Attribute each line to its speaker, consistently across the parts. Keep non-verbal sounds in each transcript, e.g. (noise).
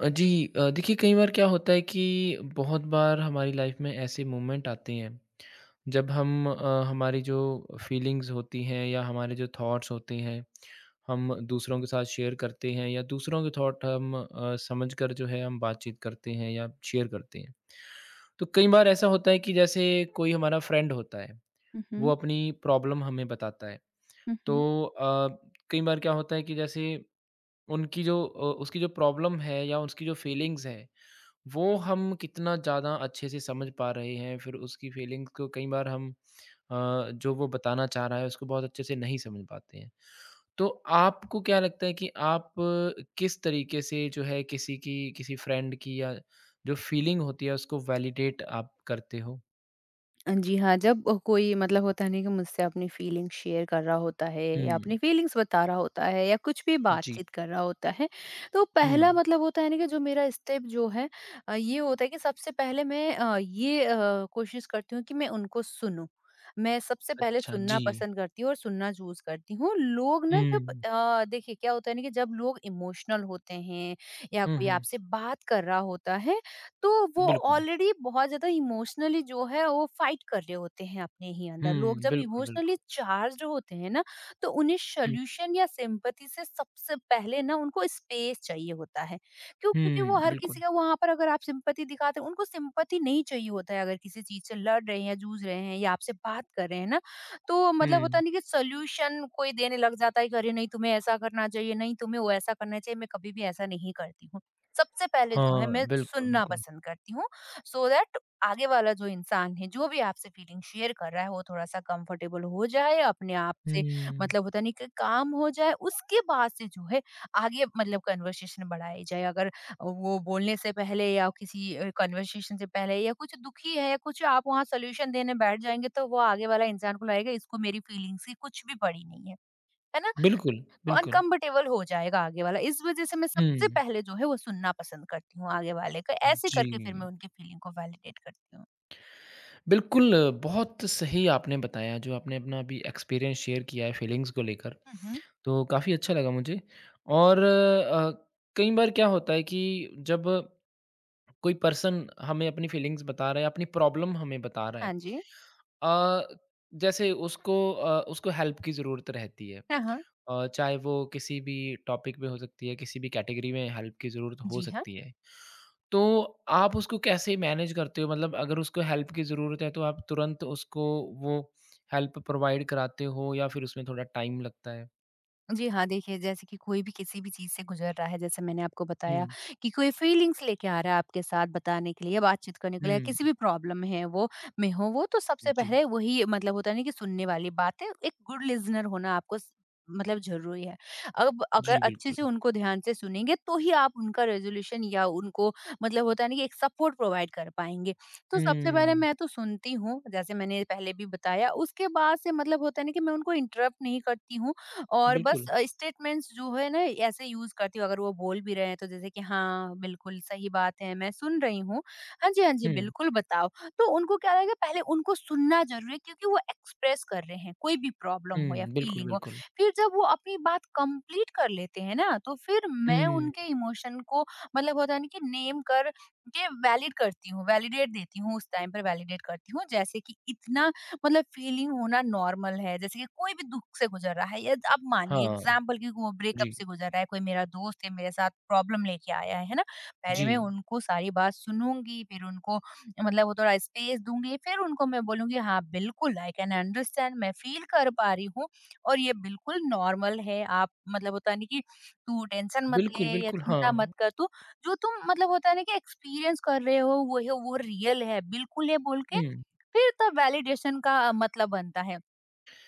Speaker 1: जी। देखिए कई बार क्या होता है कि बहुत बार हमारी लाइफ में ऐसे मोमेंट आते हैं जब हमारी जो फीलिंग्स होती हैं या हमारे जो थॉट्स होते हैं हम दूसरों के साथ शेयर करते हैं या दूसरों के थॉट हम समझ कर जो है हम बातचीत करते हैं या शेयर करते हैं। तो कई बार ऐसा होता है कि जैसे कोई हमारा फ्रेंड होता है
Speaker 2: हुँ,
Speaker 1: वो
Speaker 2: हुँ,
Speaker 1: अपनी प्रॉब्लम हमें बताता है।
Speaker 2: हुँ, हुँ।
Speaker 1: तो अ, कई बार क्या होता है कि जैसे उसकी जो प्रॉब्लम है या उसकी जो फीलिंग्स है वो हम कितना ज़्यादा अच्छे से समझ पा रहे हैं, फिर उसकी फ़ीलिंग्स को कई बार जो वो बताना चाह रहा है, उसको बहुत अच्छे से नहीं समझ पाते हैं। तो आपको क्या लगता है कि आप किस तरीके से जो है किसी की, किसी फ्रेंड की या जो फ़ीलिंग होती है, उसको वैलिडेट आप करते हो?
Speaker 2: जी हाँ, जब कोई मतलब होता है ना कि मुझसे अपनी फीलिंग शेयर कर रहा होता है या
Speaker 1: हुँ,
Speaker 2: अपनी फीलिंग्स बता रहा होता है या कुछ भी
Speaker 1: जी।
Speaker 2: बातचीत कर रहा होता है, तो
Speaker 1: हुँ,
Speaker 2: पहला मतलब होता है ना कि जो मेरा स्टेप जो है ये होता है कि सबसे पहले मैं कोशिश करती हूँ कि मैं उनको सुनूँ। मैं सबसे पहले
Speaker 1: अच्छा, जी।
Speaker 2: सुनना पसंद करती हूँ और सुनना चूज़ करती हूँ। लोग ना जब
Speaker 1: हुँ,
Speaker 2: देखिए क्या होता है ना कि जब लोग इमोशनल होते हैं या
Speaker 1: हुँ,
Speaker 2: कोई
Speaker 1: हुँ,
Speaker 2: आपसे बात कर रहा होता है तो वो
Speaker 1: बिल्कुल।
Speaker 2: ऑलरेडी बहुत ज्यादा इमोशनली जो है वो फाइट कर रहे होते हैं अपने ही अंदर। लोग
Speaker 1: हुँ,
Speaker 2: जब
Speaker 1: बिल्कुल,
Speaker 2: इमोशनली
Speaker 1: बिल्कुल।
Speaker 2: चार्ज होते हैं ना तो उन्हें
Speaker 1: हुँ,
Speaker 2: सोल्यूशन या सिंपथी से सबसे पहले ना उनको स्पेस चाहिए होता है। क्यों क्योंकि वो
Speaker 1: हुँ,
Speaker 2: हर किसी
Speaker 1: बिल्कुल।
Speaker 2: का वहां पर अगर आप सिंपथी दिखाते हैं उनको सिंपथी नहीं चाहिए होता है, अगर किसी चीज से लड़ रहे हैं या जूझ रहे हैं या आपसे बात कर रहे हैं ना। तो मतलब
Speaker 1: हुँ,
Speaker 2: होता नहीं कि सोल्यूशन कोई देने लग जाता है कि अरे नहीं तुम्हें ऐसा करना चाहिए, नहीं तुम्हें वो ऐसा करना चाहिए। मैं कभी भी ऐसा नहीं करती हूँ। सबसे पहले जो है
Speaker 1: हाँ,
Speaker 2: मैं
Speaker 1: बिल्कुल,
Speaker 2: सुनना
Speaker 1: बिल्कुल।
Speaker 2: पसंद करती हूँ, सो दैट आगे वाला जो इंसान है जो भी आपसे फीलिंग शेयर कर रहा है वो थोड़ा सा कंफर्टेबल हो जाए अपने आप से।
Speaker 1: हुँ।
Speaker 2: मतलब होता नहीं कि काम हो जाए उसके बाद से जो है आगे मतलब कन्वर्सेशन बढ़ाई जाए। अगर वो बोलने से पहले या किसी कन्वर्सेशन से पहले या कुछ दुखी है या कुछ आप वहाँ सोल्यूशन देने बैठ जाएंगे तो वो आगे वाला इंसान को लगेगा इसको मेरी फीलिंग्स की कुछ भी पड़ी नहीं है, है ना।
Speaker 1: बिल्कुल, बिल्कुल।
Speaker 2: अनकम्फर्टेबल हो जाएगा आगे वाला। इस वज़ह से मैं सबसे
Speaker 1: हुँ।
Speaker 2: पहले जो है वो सुनना पसंद करती हूँ आगे वाले का। ऐसे
Speaker 1: जी।
Speaker 2: करके फिर मैं उनकी फीलिंग को वैलिडेट करती हूँ।
Speaker 1: बिल्कुल, बहुत सही आपने बताया जो आपने अपना अभी एक्सपीरियंस शेयर किया है फीलिंग्स को लेकर,
Speaker 2: हुँ, हुँ।
Speaker 1: तो काफ़ी अच्छा लगा मुझे और कई बार क्या होता है कि जब कोई पर्सन हमें अपनी फीलिंग्स बता रहा है, अपनी प्रॉब्लम हमें बता रहा है।
Speaker 2: हाँ जी।
Speaker 1: अ, जैसे उसको हेल्प की ज़रूरत रहती है।
Speaker 2: हाँ, हाँ।
Speaker 1: चाहे वो किसी भी टॉपिक में हो सकती है, किसी भी कैटेगरी में हेल्प की ज़रूरत हो
Speaker 2: जी हाँ।
Speaker 1: सकती है। तो आप उसको कैसे मैनेज करते हो? मतलब अगर उसको हेल्प की ज़रूरत है, तो आप तुरंत उसको वो हेल्प प्रोवाइड कराते हो या फिर उसमें थोड़ा टाइम लगता है?
Speaker 2: जी हाँ, देखिए जैसे कि कोई भी किसी भी चीज़ से गुज़र रहा है, जैसे मैंने आपको बताया
Speaker 1: हुँ,
Speaker 2: कि कोई फीलिंग्स लेके आ रहा है आपके साथ बताने के लिए या बातचीत करने के लिए,
Speaker 1: हुँ।
Speaker 2: किसी भी प्रॉब्लम में वो में हो वो, तो सबसे
Speaker 1: जी,
Speaker 2: पहले वही मतलब होता है ना कि सुनने वाली बात है, एक गुड लिज़नर होना आपको स मतलब ज़रूरी है। अब अगर
Speaker 1: जी
Speaker 2: अच्छे
Speaker 1: बिल्कुल।
Speaker 2: से उनको ध्यान से सुनेंगे, तो ही आप उनका रेज़ोल्यूशन या उनको मतलब होता है ना कि एक सपोर्ट प्रोवाइड कर पाएँगे। तो सबसे पहले
Speaker 1: हुँ,
Speaker 2: मैं तो सुनती हूँ, जैसे मैंने पहले भी बताया, उसके बाद से मतलब होता है ना कि मैं उनको इंटरप्ट नहीं करती हूँ। और बस
Speaker 1: बिल्कुल।
Speaker 2: स्टेटमेंट्स जो है ना ऐसे यूज़ करती हूँ अगर वो बोल भी रहे हैं तो, जैसे कि हाँ, बिल्कुल सही बात है, मैं सुन रही हूँ। हाँ जी, हाँ जी,
Speaker 1: हुँ।
Speaker 2: बिल्कुल बताओ। तो उनको क्या लगेगा, पहले उनको सुनना ज़रूरी है क्योंकि वो एक्सप्रेस कर रहे हैं, कोई भी प्रॉब्लम हो या
Speaker 1: हुँ, बिल्कुल,
Speaker 2: फीलिंग हो।
Speaker 1: बिल्कुल।
Speaker 2: फिर जब वो अपनी बात कंप्लीट कर लेते हैं ना, तो फिर मैं
Speaker 1: हुँ,
Speaker 2: उनके इमोशन को मतलब होता है ना कि नेम कर के वैलिड करती हूँ, वैलिडेट देती हूँ, उस टाइम पर वैलिडेट करती हूँ। जैसे कि इतना मतलब फीलिंग होना नॉर्मल है, जैसे कि कोई भी दुख से गुजर रहा है या आप मानिए
Speaker 1: हाँ,
Speaker 2: एग्जाम्पल की वो ब्रेकअप
Speaker 1: जी,
Speaker 2: से गुजर रहा है, कोई मेरा दोस्त है, मेरे साथ प्रॉब्लम लेके आया है ना। पहले
Speaker 1: जी।
Speaker 2: मैं उनको सारी बात सुनूंगी, फिर उनको मतलब वो थोड़ा स्पेस दूंगी, फिर उनको मैं बोलूंगी हाँ बिल्कुल आई कैन अंडरस्टैंड, मैं फील कर पा रही हूँ और ये बिल्कुल नॉर्मल है। आप मतलब होता नहीं कि तू टेंशन मत ले
Speaker 1: बिल्कुल,
Speaker 2: या
Speaker 1: बिल्कुल, हाँ,
Speaker 2: चिंता
Speaker 1: हाँ।
Speaker 2: मत कर, तू जो तुम मतलब होता है ना कि एक्सपीरियंस कर रहे हो वो है, वो रियल है, बिल्कुल है बोल के
Speaker 1: हुँ,
Speaker 2: फिर तब वैलिडेशन का मतलब बनता है।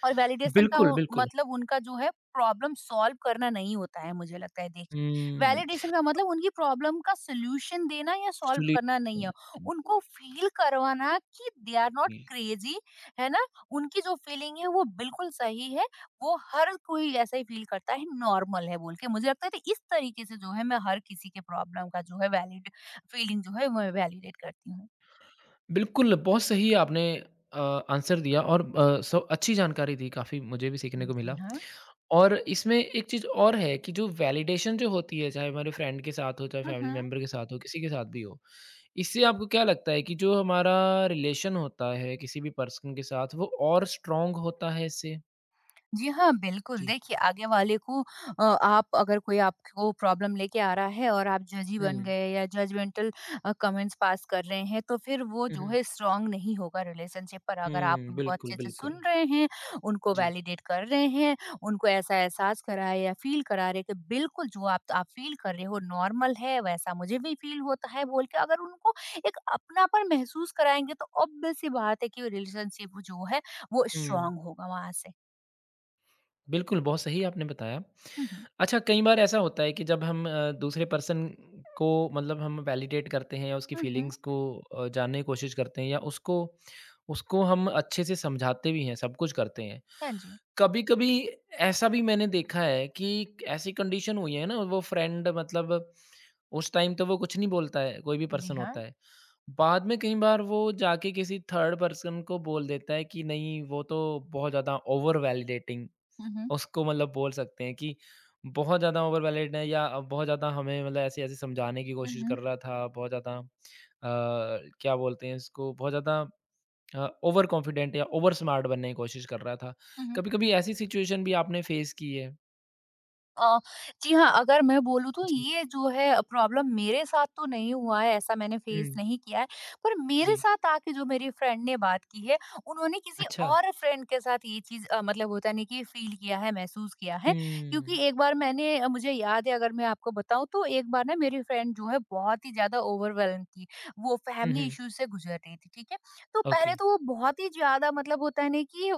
Speaker 2: और वैलिडेशन का
Speaker 1: बिल्कुल, बिल्कुल।
Speaker 2: मतलब उनका जो है प्रॉब्लम सॉल्व करना नहीं होता है, मुझे लगता है। देखिए
Speaker 1: हुँ,
Speaker 2: वैलिडेशन का मतलब उनकी प्रॉब्लम का सोल्यूशन देना या सॉल्व
Speaker 1: एक्चुअली
Speaker 2: करना नहीं है,
Speaker 1: जी,
Speaker 2: उनको फील करवाना कि दे आर नॉट
Speaker 1: जी।
Speaker 2: क्रेजी, है ना। उनकी जो फीलिंग है वो बिल्कुल सही है, वो हर कोई ऐसा ही फील करता है, नॉर्मल है बोल के। मुझे लगता है कि इस तरीके से जो है मैं हर किसी के प्रॉब्लम का जो है वैलिड फीलिंग जो है वो वैलिडेट करती हूँ।
Speaker 1: बिल्कुल, बहुत सही आपने अ, आंसर दिया और अ, स अच्छी जानकारी दी काफ़ी मुझे भी सीखने को
Speaker 2: जी
Speaker 1: मिला।
Speaker 2: हाँ।
Speaker 1: और इसमें एक चीज़ और है कि जो वैलिडेशन जो होती है, चाहे हमारे फ्रेंड के साथ हो, चाहे फैमिली
Speaker 2: हम्म।
Speaker 1: मेंबर के साथ हो, किसी के साथ भी हो। इससे आपको क्या लगता है कि जो हमारा रिलेशन होता है किसी भी पर्सन के साथ, वो और स्ट्रॉन्ग होता है इससे?
Speaker 2: जी हाँ, बिल्कुल।
Speaker 1: जी।
Speaker 2: देखिए, आगे वाले को आप अगर कोई आपको प्रॉब्लम लेके आ रहा है और आप जज ही
Speaker 1: हुँ।
Speaker 2: बन गए या जजमेंटल कमेंट्स पास कर रहे हैं, तो फिर वो
Speaker 1: हुँ,
Speaker 2: जो
Speaker 1: हुँ।
Speaker 2: है स्ट्रॉन्ग नहीं होगा रिलेशनशिप पर। अगर आप
Speaker 1: हुँ,
Speaker 2: उनको
Speaker 1: बिल्कुल,
Speaker 2: अच्छे से सुन
Speaker 1: बिल्कुल।
Speaker 2: रहे हैं, उनको
Speaker 1: जी।
Speaker 2: वैलिडेट कर रहे हैं, उनको ऐसा एहसास करा है या फ़ील करा रहे हैं कि बिल्कुल जो आप फ़ील कर रहे हो नॉर्मल है, वैसा मुझे भी फ़ील होता है बोल के अगर उनको एक अपनापन महसूस कराएँगे, तो ऑब्वियस सी बात है कि रिलेशनशिप जो है, वो
Speaker 1: हुँ।
Speaker 2: स्ट्रॉन्ग होगा वहाँ से।
Speaker 1: बिल्कुल, बहुत सही आपने बताया।
Speaker 2: हुँ, हुँ।
Speaker 1: अच्छा कई बार ऐसा होता है कि जब हम दूसरे पर्सन को मतलब हम वैलिडेट करते हैं या उसकी
Speaker 2: हुँ, हुँ।
Speaker 1: फीलिंग्स को जानने की कोशिश करते हैं या उसको उसको हम अच्छे से समझाते भी हैं, सब कुछ करते हैं।
Speaker 2: हाँ जी।
Speaker 1: कभी-कभी ऐसा भी मैंने देखा है कि ऐसी कंडीशन हुई है ना वो फ्रेंड मतलब उस टाइम तो वो कुछ नहीं बोलता है, कोई भी
Speaker 2: जी
Speaker 1: पर्सन होता
Speaker 2: हाँ।
Speaker 1: है। बाद में कई बार वो जाके किसी थर्ड पर्सन को बोल देता है कि नहीं वो तो बहुत ज़्यादा ओवर वैलिडेटिंग
Speaker 2: हुँ, हुँ।
Speaker 1: उसको मतलब बोल सकते हैं कि बहुत ज़्यादा ओवर वैलिड है या बहुत ज़्यादा हमें मतलब ऐसे-ऐसे समझाने की
Speaker 2: हुँ,
Speaker 1: कोशिश कर
Speaker 2: हुँ।
Speaker 1: रहा था, बहुत ज़्यादा क्या बोलते हैं इसको बहुत ज़्यादा ओवर कॉन्फिडेंट या ओवर स्मार्ट बनने की कोशिश कर रहा था।
Speaker 2: हुँ,
Speaker 1: कभी-कभी ऐसी सिचुएशन भी आपने फेस की है?
Speaker 2: अ, जी हाँ, अगर मैं बोलूँ तो
Speaker 1: जी।
Speaker 2: ये जो है प्रॉब्लम मेरे साथ तो नहीं हुआ है, ऐसा मैंने फेस
Speaker 1: हुँ,
Speaker 2: नहीं किया है। पर मेरे
Speaker 1: जी।
Speaker 2: साथ आके जो मेरी फ्रेंड ने बात की है, उन्होंने किसी
Speaker 1: अच्छा।
Speaker 2: और फ्रेंड के साथ ये चीज़ मतलब होता नहीं कि फ़ील किया है, महसूस किया है। क्योंकि
Speaker 1: हुँ।
Speaker 2: एक बार मैंने मुझे याद है अगर मैं आपको बताऊँ तो एक बार ना मेरी फ्रेंड जो है बहुत ही ज़्यादा ओवरवेल्म थी। वो
Speaker 1: हुँ,
Speaker 2: फैमिली
Speaker 1: हुँ।
Speaker 2: इश्यूज़ से गुज़र रही थी, ठीक है? तो
Speaker 1: ओके।
Speaker 2: पहले तो वो बहुत ही ज़्यादा मतलब होता है ना कि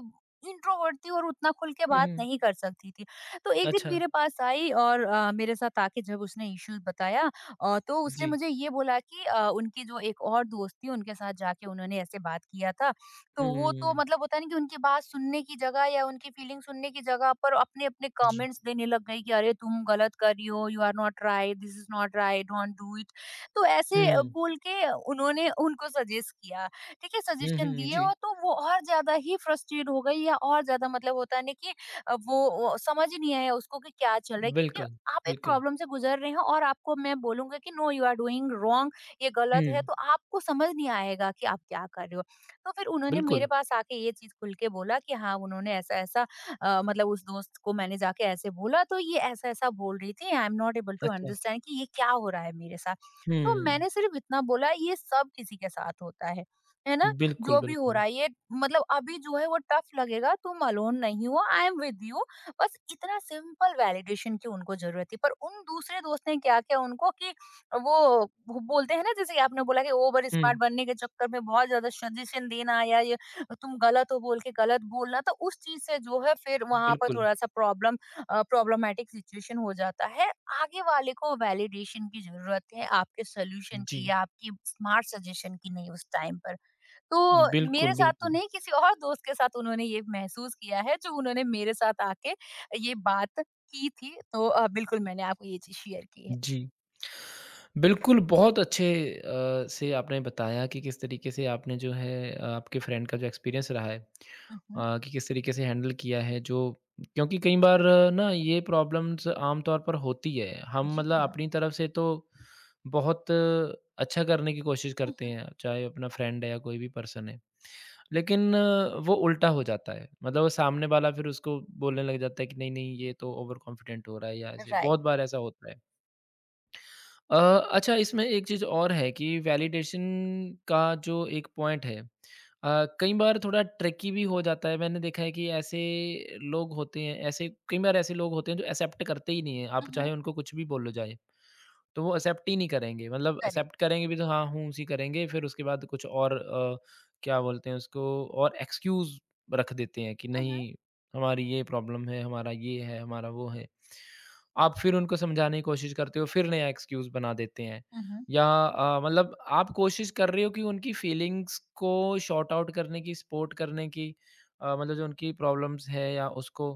Speaker 2: इंट्रोवर्ट थी और उतना खुल के
Speaker 1: हुँ,
Speaker 2: बात
Speaker 1: हुँ।
Speaker 2: नहीं कर सकती थी। तो एक दिन
Speaker 1: अच्छा।
Speaker 2: मेरे पास आई और मेरे साथ आके जब उसने इश्यूज बताया, तो उसने
Speaker 1: जी।
Speaker 2: मुझे ये बोला कि उनकी जो एक और दोस्त थी उनके साथ जाके उन्होंने ऐसे बात किया था। तो वो तो
Speaker 1: हुँ।
Speaker 2: मतलब होता नहीं कि उनकी बात सुनने की जगह या उनकी फीलिंग सुनने की जगह पर अपने अपने
Speaker 1: जी।
Speaker 2: कमेंट्स देने लग गई कि अरे तुम गलत कर रही हो, you are not right, this is not right, don't do it. तो ऐसे
Speaker 1: हुँ।
Speaker 2: बोल के उन्होंने उनको सजेस्ट किया, ठीक है
Speaker 1: हुँ,
Speaker 2: सजेशन
Speaker 1: हुँ,
Speaker 2: दिए
Speaker 1: जी।
Speaker 2: और तो वो और ज्यादा ही फ्रस्ट्रेट हो गई या और ज्यादा मतलब होता है ना कि वो समझ ही नहीं आया उसको कि क्या चल रहा है, क्योंकि
Speaker 1: बिल्कुल,
Speaker 2: आप एक
Speaker 1: बिल्कुल।
Speaker 2: प्रॉब्लम से गुजर रहे हैं और आपको मैं बोलूँगा कि no you are doing wrong, ये
Speaker 1: हुँ,
Speaker 2: गलत है तो आपको समझ नहीं आएगा कि आप क्या कर रहे हो। तो फिर उन्होंने
Speaker 1: बिल्कुल।
Speaker 2: मेरे पास आके ये चीज़ खुल के बोला कि हाँ, उन्होंने ऐसा-ऐसा मतलब उस दोस्त को मैंने जाके ऐसे बोला तो ये ऐसा-ऐसा बोल रही थी I am not able to
Speaker 1: अच्छा।
Speaker 2: अंडरस्टैंड कि ये क्या हो रहा है मेरे साथ। तो
Speaker 1: हुँ,
Speaker 2: मैंने सिर्फ़ इतना बोला ये सब किसी के साथ होता है ना?
Speaker 1: बिल्कुल,
Speaker 2: जो भी हो
Speaker 1: बिल्कुल।
Speaker 2: रहा है ये मतलब अभी जो है वो टफ लगेगा, तुम अलोन नहीं हो, आई एम विद यू। बस इतना सिंपल वैलिडेशन की उनको जरूरत थी। पर उन दूसरे दोस्त ने क्या किया उनको कि वो वो बोलते हैं ना जैसे कि आपने बोला कि ओवर
Speaker 1: हुँ,
Speaker 2: स्मार्ट बनने के चक्कर में बहुत ज्यादा सजेशन देना या ये तुम गलत हो बोल के गलत बोलना, तो उस चीज से जो है फिर वहां पर
Speaker 1: बिल्कुल।
Speaker 2: थोड़ा सा प्रॉब्लमेटिक सिचुएशन हो जाता है। आगे वाले को वैलिडेशन की जरूरत है, आपके सोल्यूशन
Speaker 1: जी,
Speaker 2: की या आपकी स्मार्ट सजेशन की नहीं उस टाइम पर। तो
Speaker 1: बिल्कुल,
Speaker 2: मेरे साथ तो
Speaker 1: बिल्कुल।
Speaker 2: नहीं, किसी और दोस्त के साथ उन्होंने ये महसूस किया है, जो उन्होंने मेरे साथ आके ये बात की थी, तो बिल्कुल मैंने आपको ये चीज़ शेयर की है।
Speaker 1: जी। बिल्कुल, बहुत अच्छे से आपने बताया कि किस तरीके से आपने जो है आपके फ्रेंड का जो एक्सपीरियंस रहा है
Speaker 2: हुँ, हुँ।
Speaker 1: कि किस तरीके से हैंडल किया है जो क्योंकि कई बार ना ये प्रॉब्लम्स आम तौर पर होती है। हम
Speaker 2: जी
Speaker 1: मतलब
Speaker 2: हाँ।
Speaker 1: अपनी तरफ से तो बहुत अच्छा करने की कोशिश
Speaker 2: हुँ,
Speaker 1: करते
Speaker 2: हुँ।
Speaker 1: हैं, चाहे अपना फ्रेंड है या कोई भी पर्सन है। लेकिन वो उल्टा हो जाता है, मतलब वो सामने वाला फिर उसको बोलने लग जाता है कि नहीं, नहीं ये तो ओवर कॉन्फिडेंट हो रहा है या ऐसे
Speaker 2: राइट।
Speaker 1: बहुत बार ऐसा होता है। अच्छा इसमें एक चीज़ और है कि वैलिडेशन का जो एक पॉइंट है कई बार थोड़ा ट्रिकी भी हो जाता है। मैंने देखा है कि ऐसे लोग होते हैं ऐसे कई बार ऐसे लोग होते हैं जो एक्सेप्ट करते ही नहीं हैं,
Speaker 2: हुँ,
Speaker 1: आप चाहे
Speaker 2: हुँ।
Speaker 1: उनको कुछ भी बोलो जाए। तो वो एक्सेप्ट ही नहीं करेंगे मतलब
Speaker 2: करेक्ट।
Speaker 1: एक्सेप्ट करेंगे भी तो हाँ, हूँ-सी करेंगे फिर उसके बाद कुछ और क्या बोलते हैं उसको और एक्सक्यूज़ रख देते हैं कि
Speaker 2: हुँ, हुँ।
Speaker 1: नहीं हमारी ये प्रॉब्लम है, हमारा ये है, हमारा वो है। आप फिर उनको समझाने की कोशिश करते हो, फिर नया एक्सक्यूज़ बना देते हैं
Speaker 2: हुँ, हुँ।
Speaker 1: या मतलब आप कोशिश कर रहे हो कि उनकी फीलिंग्स को सॉर्ट आउट करने की, सपोर्ट करने की मतलब जो उनकी प्रॉब्लम्स है या उसको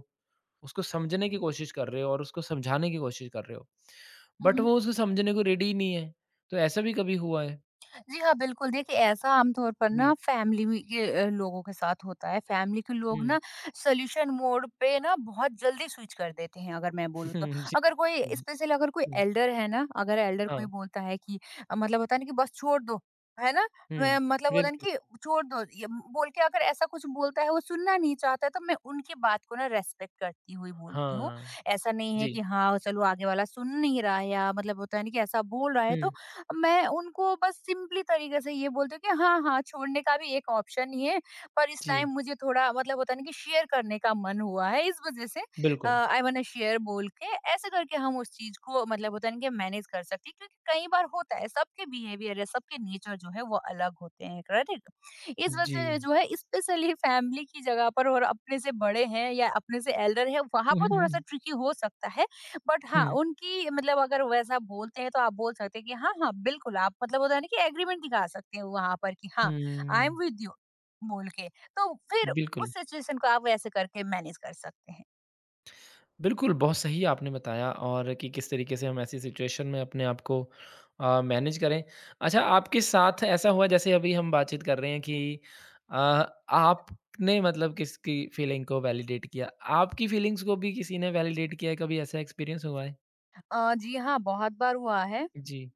Speaker 1: उसको समझने की कोशिश कर रहे हो और उसको समझाने की कोशिश कर रहे हो।
Speaker 2: हुँ,
Speaker 1: बट
Speaker 2: हुँ।
Speaker 1: वो उसको समझने को रेडी ही नहीं है। तो ऐसा भी कभी हुआ है?
Speaker 2: जी हाँ, बिल्कुल। देखिए, ऐसा आमतौर पर ना
Speaker 1: जी।
Speaker 2: फैमिली में के लोगों के साथ होता है। फैमिली के लोग
Speaker 1: हुँ।
Speaker 2: ना सॉल्यूशन मोड पे ना बहुत जल्दी स्विच कर देते हैं, अगर मैं बोलूँ तो।
Speaker 1: (laughs) जी।
Speaker 2: अगर कोई
Speaker 1: हुँ,
Speaker 2: स्पेशली अगर कोई
Speaker 1: हुँ।
Speaker 2: एल्डर है ना, अगर एल्डर
Speaker 1: हाँ।
Speaker 2: कोई बोलता है कि मतलब होता है ना कि बस छोड़ दो, है ना?
Speaker 1: हुँ।
Speaker 2: मैं मतलब होता है ना
Speaker 1: बिल्कुल।
Speaker 2: कि छोड़ दो ये बोल के अगर ऐसा कुछ बोलता है, वो सुनना नहीं चाहता है, तो मैं उनकी बात को ना रिस्पेक्ट करती हुई बोलती हूँ।
Speaker 1: हाँ।
Speaker 2: ऐसा नहीं है
Speaker 1: जी।
Speaker 2: कि हाँ, चलो आगे वाला सुन नहीं रहा है या मतलब होता है ना कि ऐसा बोल रहा है तो
Speaker 1: हुँ।
Speaker 2: मैं उनको बस सिंपली तरीके से ये बोलती हूँ कि हाँ, हाँ, छोड़ने का भी एक ऑप्शन ही है, पर इस
Speaker 1: जी।
Speaker 2: टाइम मुझे थोड़ा मतलब होता है ना कि शेयर करने का मन हुआ है, इस वज़ह से
Speaker 1: बिल्कुल।
Speaker 2: आई वांट टू शेयर बोल के ऐसे करके हम उस चीज़ को मतलब होता है ना कि मैनेज कर सकते हैं क्योंकि कई बार होता है, सबके बिहेवियर या सबके नेचर जो है वो अलग होते हैं, करेक्ट? इस वज़ह
Speaker 1: जी।
Speaker 2: से जो है स्पेशली फैमिली की जगह पर और अपने से बड़े हैं या अपने से एल्डर हैं,
Speaker 1: (laughs)
Speaker 2: वहाँ
Speaker 1: हुँ,
Speaker 2: पर
Speaker 1: हुँ,
Speaker 2: थोड़ा-सा
Speaker 1: हुँ।
Speaker 2: ट्रिकी हो सकता है। बट हाँ,
Speaker 1: हुँ।
Speaker 2: उनकी मतलब अगर वैसा बोलते हैं तो आप बोल सकते हैं कि हाँ, हाँ, बिल्कुल आप मतलब होता है ना कि एग्रीमेंट दिखा सकते हो वहाँ पर कि हाँ, आई
Speaker 1: हुँ।
Speaker 2: एम विद यू बोल के। तो फिर
Speaker 1: बिल्कुल।
Speaker 2: उस सिचुएशन को आप वैसे करके मैनेज कर सकते हैं।
Speaker 1: बिल्कुल, बहुत सही आपने बताया और कि किस तरीके से हम ऐसी सिचुएशन में अपने आप को मैनेज करें। अच्छा, आपके साथ ऐसा हुआ जैसे अभी हम बातचीत कर रहे हैं कि अ, आपने मतलब किसकी फीलिंग को वैलिडेट किया। आपकी फीलिंग्स को भी किसी ने वैलिडेट किया है, कभी ऐसा एक्सपीरियंस हुआ है?
Speaker 2: जी हाँ, बहुत बार हुआ है।
Speaker 1: जी,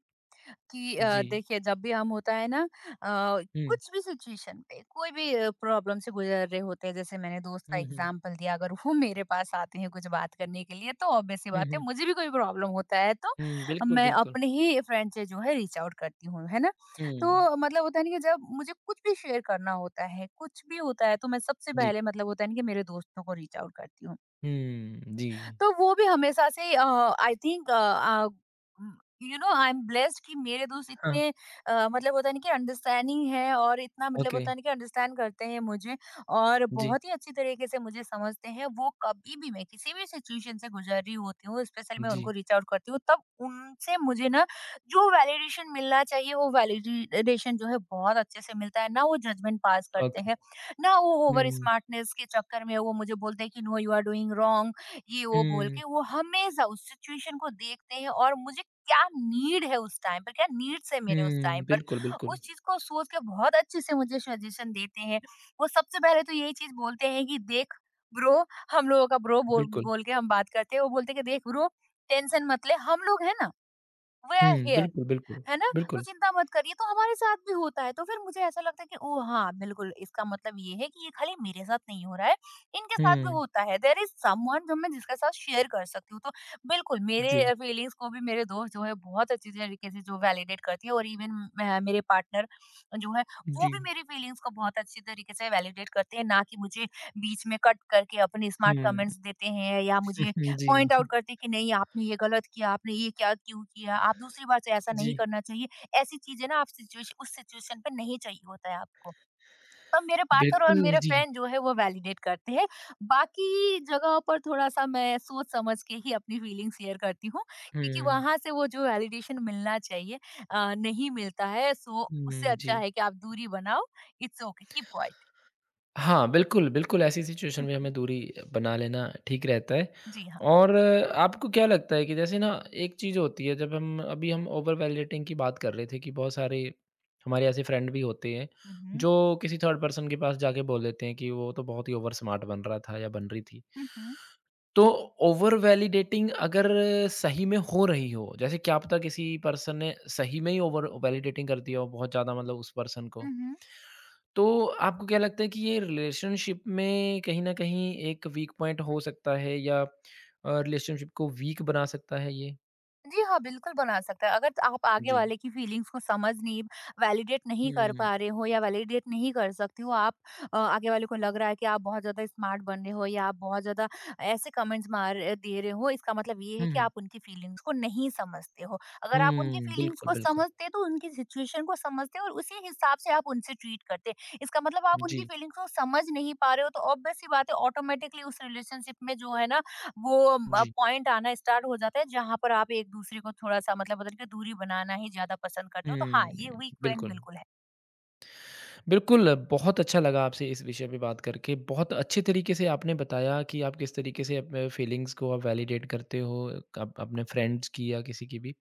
Speaker 2: कि
Speaker 1: जी।
Speaker 2: देखिए जब भी हम होता है ना अ,
Speaker 1: हुँ,
Speaker 2: कुछ भी सिचुएशन पे कोई भी प्रॉब्लम से गुजर रहे होते हैं जैसे मैंने दोस्त का
Speaker 1: हुँ, हुँ।
Speaker 2: एग्जांपल दिया अगर वो (laughs) मेरे पास आते हैं कुछ बात करने के लिए तो ऑब्वियस सी
Speaker 1: हुँ,
Speaker 2: बात है
Speaker 1: हुँ।
Speaker 2: मुझे भी कोई प्रॉब्लम होता है तो
Speaker 1: हुँ, बिल्कुल,
Speaker 2: मैं
Speaker 1: बिल्कुल।
Speaker 2: अपने ही फ्रेंड से जो है रीच आउट करती हूँ है ना।
Speaker 1: हुँ,
Speaker 2: तो मतलब होता है ना कि जब मुझे कुछ भी शेयर करना होता है कुछ भी होता है तो मैं सबसे
Speaker 1: जी।
Speaker 2: पहले मतलब होता है ना कि मेरे दोस्तों को रीच आउट करती हूँ।
Speaker 1: हुँ, जी।
Speaker 2: तो वो भी हमेशा से I think you know I am blessed कि मेरे दोस्त
Speaker 1: हाँ,
Speaker 2: इतने मतलब होता नहीं कि अंडरस्टैंडिंग है और इतना मतलब
Speaker 1: ओके।
Speaker 2: होता नहीं कि अंडरस्टैंड करते हैं मुझे और
Speaker 1: जी,
Speaker 2: बहुत ही अच्छी तरीके से मुझे समझते हैं। वो कभी भी मैं किसी भी सिचुएशन से गुजर रही होती हूँ स्पेशल मैं उनको
Speaker 1: जी,
Speaker 2: रीच आउट करती हूँ तब उनसे मुझे ना जो वैलिडेशन मिलना चाहिए वो वैलिडेशन जो है बहुत अच्छे से मिलता है। ना वो जजमेंट पास करते
Speaker 1: ओके।
Speaker 2: हैं, ना वो ओवर
Speaker 1: हुँ,
Speaker 2: स्मार्टनेस के चक्कर में वो मुझे बोलते हैं कि no you are doing wrong, ये वो बोल
Speaker 1: हुँ,
Speaker 2: के। वो हमेशा उस सिचुएशन को देखते हैं और मुझे क्या नीड है उस टाइम पर, क्या नीड्स है मेरे उस
Speaker 1: हुँ,
Speaker 2: टाइम पर,
Speaker 1: बिल्कुल,
Speaker 2: उस
Speaker 1: बिल्कुल।
Speaker 2: चीज को सोच के बहुत अच्छे से मुझे सजेशन देते हैं। वो सबसे पहले तो यही चीज बोलते हैं कि देख ब्रो, हम लोगों का ब्रो बोल,
Speaker 1: बिल्कुल।
Speaker 2: बोल के हम बात करते हैं। वो बोलते हैं कि देख ब्रो, टेंशन मत ले, हम लोग है ना, वे
Speaker 1: हुँ,
Speaker 2: आर हियर,
Speaker 1: बिल्कुल, बिल्कुल,
Speaker 2: है ना? तो
Speaker 1: बिल्कुल।
Speaker 2: चिंता मत करिए, तो हमारे साथ भी होता है, तो फिर मुझे ऐसा लगता है कि ओह! हाँ, बिल्कुल। इसका मतलब ये है कि ये खाली मेरे साथ नहीं हो रहा है, इनके साथ भी
Speaker 1: हुँ,
Speaker 2: होता है। देयर इज़ समवन जो मैं जिसके साथ शेयर कर सकती हूँ। तो बिल्कुल मेरे
Speaker 1: जी,
Speaker 2: फीलिंग्स को भी मेरे दोस्त जो है बहुत अच्छी तरीके से जो वैलिडेट करती है, और इवन मैं मेरे पार्टनर जो है, वो
Speaker 1: जी,
Speaker 2: भी मेरी फीलिंग्स को बहुत अच्छी तरीके से वैलिडेट करते हैं, ना कि मुझे बीच में कट करके अपने
Speaker 1: हुँ,
Speaker 2: स्मार्ट कमेंट्स देते हैं या मुझे
Speaker 1: (laughs) जी,
Speaker 2: पॉइंट आउट करते हैं कि नहीं आपने ये गलत किया, आपने ये क्या क्यों किया, आप दूसरी बार से ऐसा
Speaker 1: जी,
Speaker 2: नहीं करना चाहिए। ऐसी चीज़ें ना आप सिचुएश उस सिचुएशन पे नहीं चाहिए होता है आपको। तब मेरे पार्टनर और
Speaker 1: बिल्कुल
Speaker 2: मेरे
Speaker 1: जी।
Speaker 2: फ्रेंड जो है वो वैलिडेट करते हैं। बाकी जगहों पर थोड़ा-सा मैं सोच समझ के ही अपनी फीलिंग शेयर करती हूँ, क्योंकि
Speaker 1: हुँ,
Speaker 2: वहाँ से वो जो वैलिडेशन मिलना चाहिए नहीं मिलता है। सो उससे
Speaker 1: हुँ,
Speaker 2: अच्छा
Speaker 1: जी।
Speaker 2: है कि आप दूरी बनाओ, इट्स ओके, कीप क्वाइट।
Speaker 1: हाँ, बिल्कुल, बिल्कुल ऐसी सिचुएशन में
Speaker 2: (laughs)
Speaker 1: हमें दूरी बना लेना ठीक रहता है।
Speaker 2: जी हाँ।
Speaker 1: और आपको क्या लगता है कि जैसे ना एक चीज़ होती है जब हम अभी हम ओवर वैलिडेटिंग की बात कर रहे थे कि बहुत सारे हमारे ऐसे फ्रेंड भी होते हैं,
Speaker 2: हुँ, हुँ।
Speaker 1: जो किसी थर्ड पर्सन के पास जाके बोल देते हैं कि वो तो बहुत ही ओवर स्मार्ट बन रहा था या बन रही थी।
Speaker 2: हुँ, हुँ।
Speaker 1: तो ओवर वैलिडेटिंग अगर सही में हो रही हो, जैसे क्या पता किसी पर्सन ने सही में ही ओवर वैलिडेटिंग कर दिया हो बहुत ज़्यादा मतलब उस पर्सन को,
Speaker 2: हुँ, हुँ।
Speaker 1: तो आपको क्या लगता है कि ये रिलेशनशिप में कहीं न कहीं एक वीक पॉइंट हो सकता है या रिलेशनशिप को वीक बना सकता है ये?
Speaker 2: जी हाँ, बिल्कुल बना सकता है। अगर आप आगे
Speaker 1: जी।
Speaker 2: वाले की फीलिंग्स को समझ नहीं, वैलिडेट नहीं कर
Speaker 1: हुँ,
Speaker 2: पा रहे हो या वैलिडेट नहीं कर सकते हो, आप आगे वाले को लग रहा है कि आप बहुत ज़्यादा स्मार्ट बन रहे हो या आप बहुत ज़्यादा ऐसे कमेंट्स मार दे रहे हो, इसका मतलब ये है
Speaker 1: हुँ,
Speaker 2: कि
Speaker 1: हुँ,
Speaker 2: आप उनकी फीलिंग्स को नहीं समझते हो। अगर आप उनकी
Speaker 1: हुँ,
Speaker 2: फीलिंग्स
Speaker 1: बिल्कुल,
Speaker 2: को
Speaker 1: बिल्कुल।
Speaker 2: समझते तो उनकी सिचुएशन को समझते और उसी हिसाब से आप उनसे ट्रीट करते। इसका मतलब आप उनकी
Speaker 1: जी,
Speaker 2: फीलिंग्स को समझ नहीं पा रहे हो, तो ऑब्वियस सी बात है ऑटोमेटिकली उस रिलेशनशिप में जो है ना वो म
Speaker 1: जी।
Speaker 2: पॉइंट आना स्टार्ट हो जाता है जहाँ पर आप एक-दूसरे को थोड़ा-सा मतलब होता है ना कि दूरी बनाना ही ज़्यादा पसंद करते हो। तो हाँ, ये
Speaker 1: हुँ,
Speaker 2: वीक पॉइंट
Speaker 1: बिल्कुल।
Speaker 2: बिल्कुल है।
Speaker 1: बिल्कुल, बहुत अच्छा लगा आपसे इस विषय पे बात करके। बहुत अच्छे तरीके से आपने बताया कि आप किस तरीके से अपने फीलिंग्स को आप वैलिडेट करते हो अप अपने फ्रेंड्स की या किसी की भी।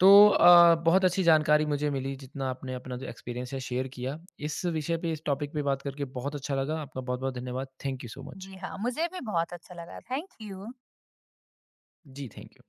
Speaker 1: तो बहुत अच्छी जानकारी मुझे मिली जितना आपने अपना जो एक्सपीरियंस है शेयर किया। इस विषय पे, इस टॉपिक पे बात करके बहुत अच्छा लगा। आपका बहुत-बहुत धन्यवाद। Thank you so much.
Speaker 2: जी हाँ, मुझे भी बहुत अच्छा लगा। Thank you.
Speaker 1: जी, थैंक यू।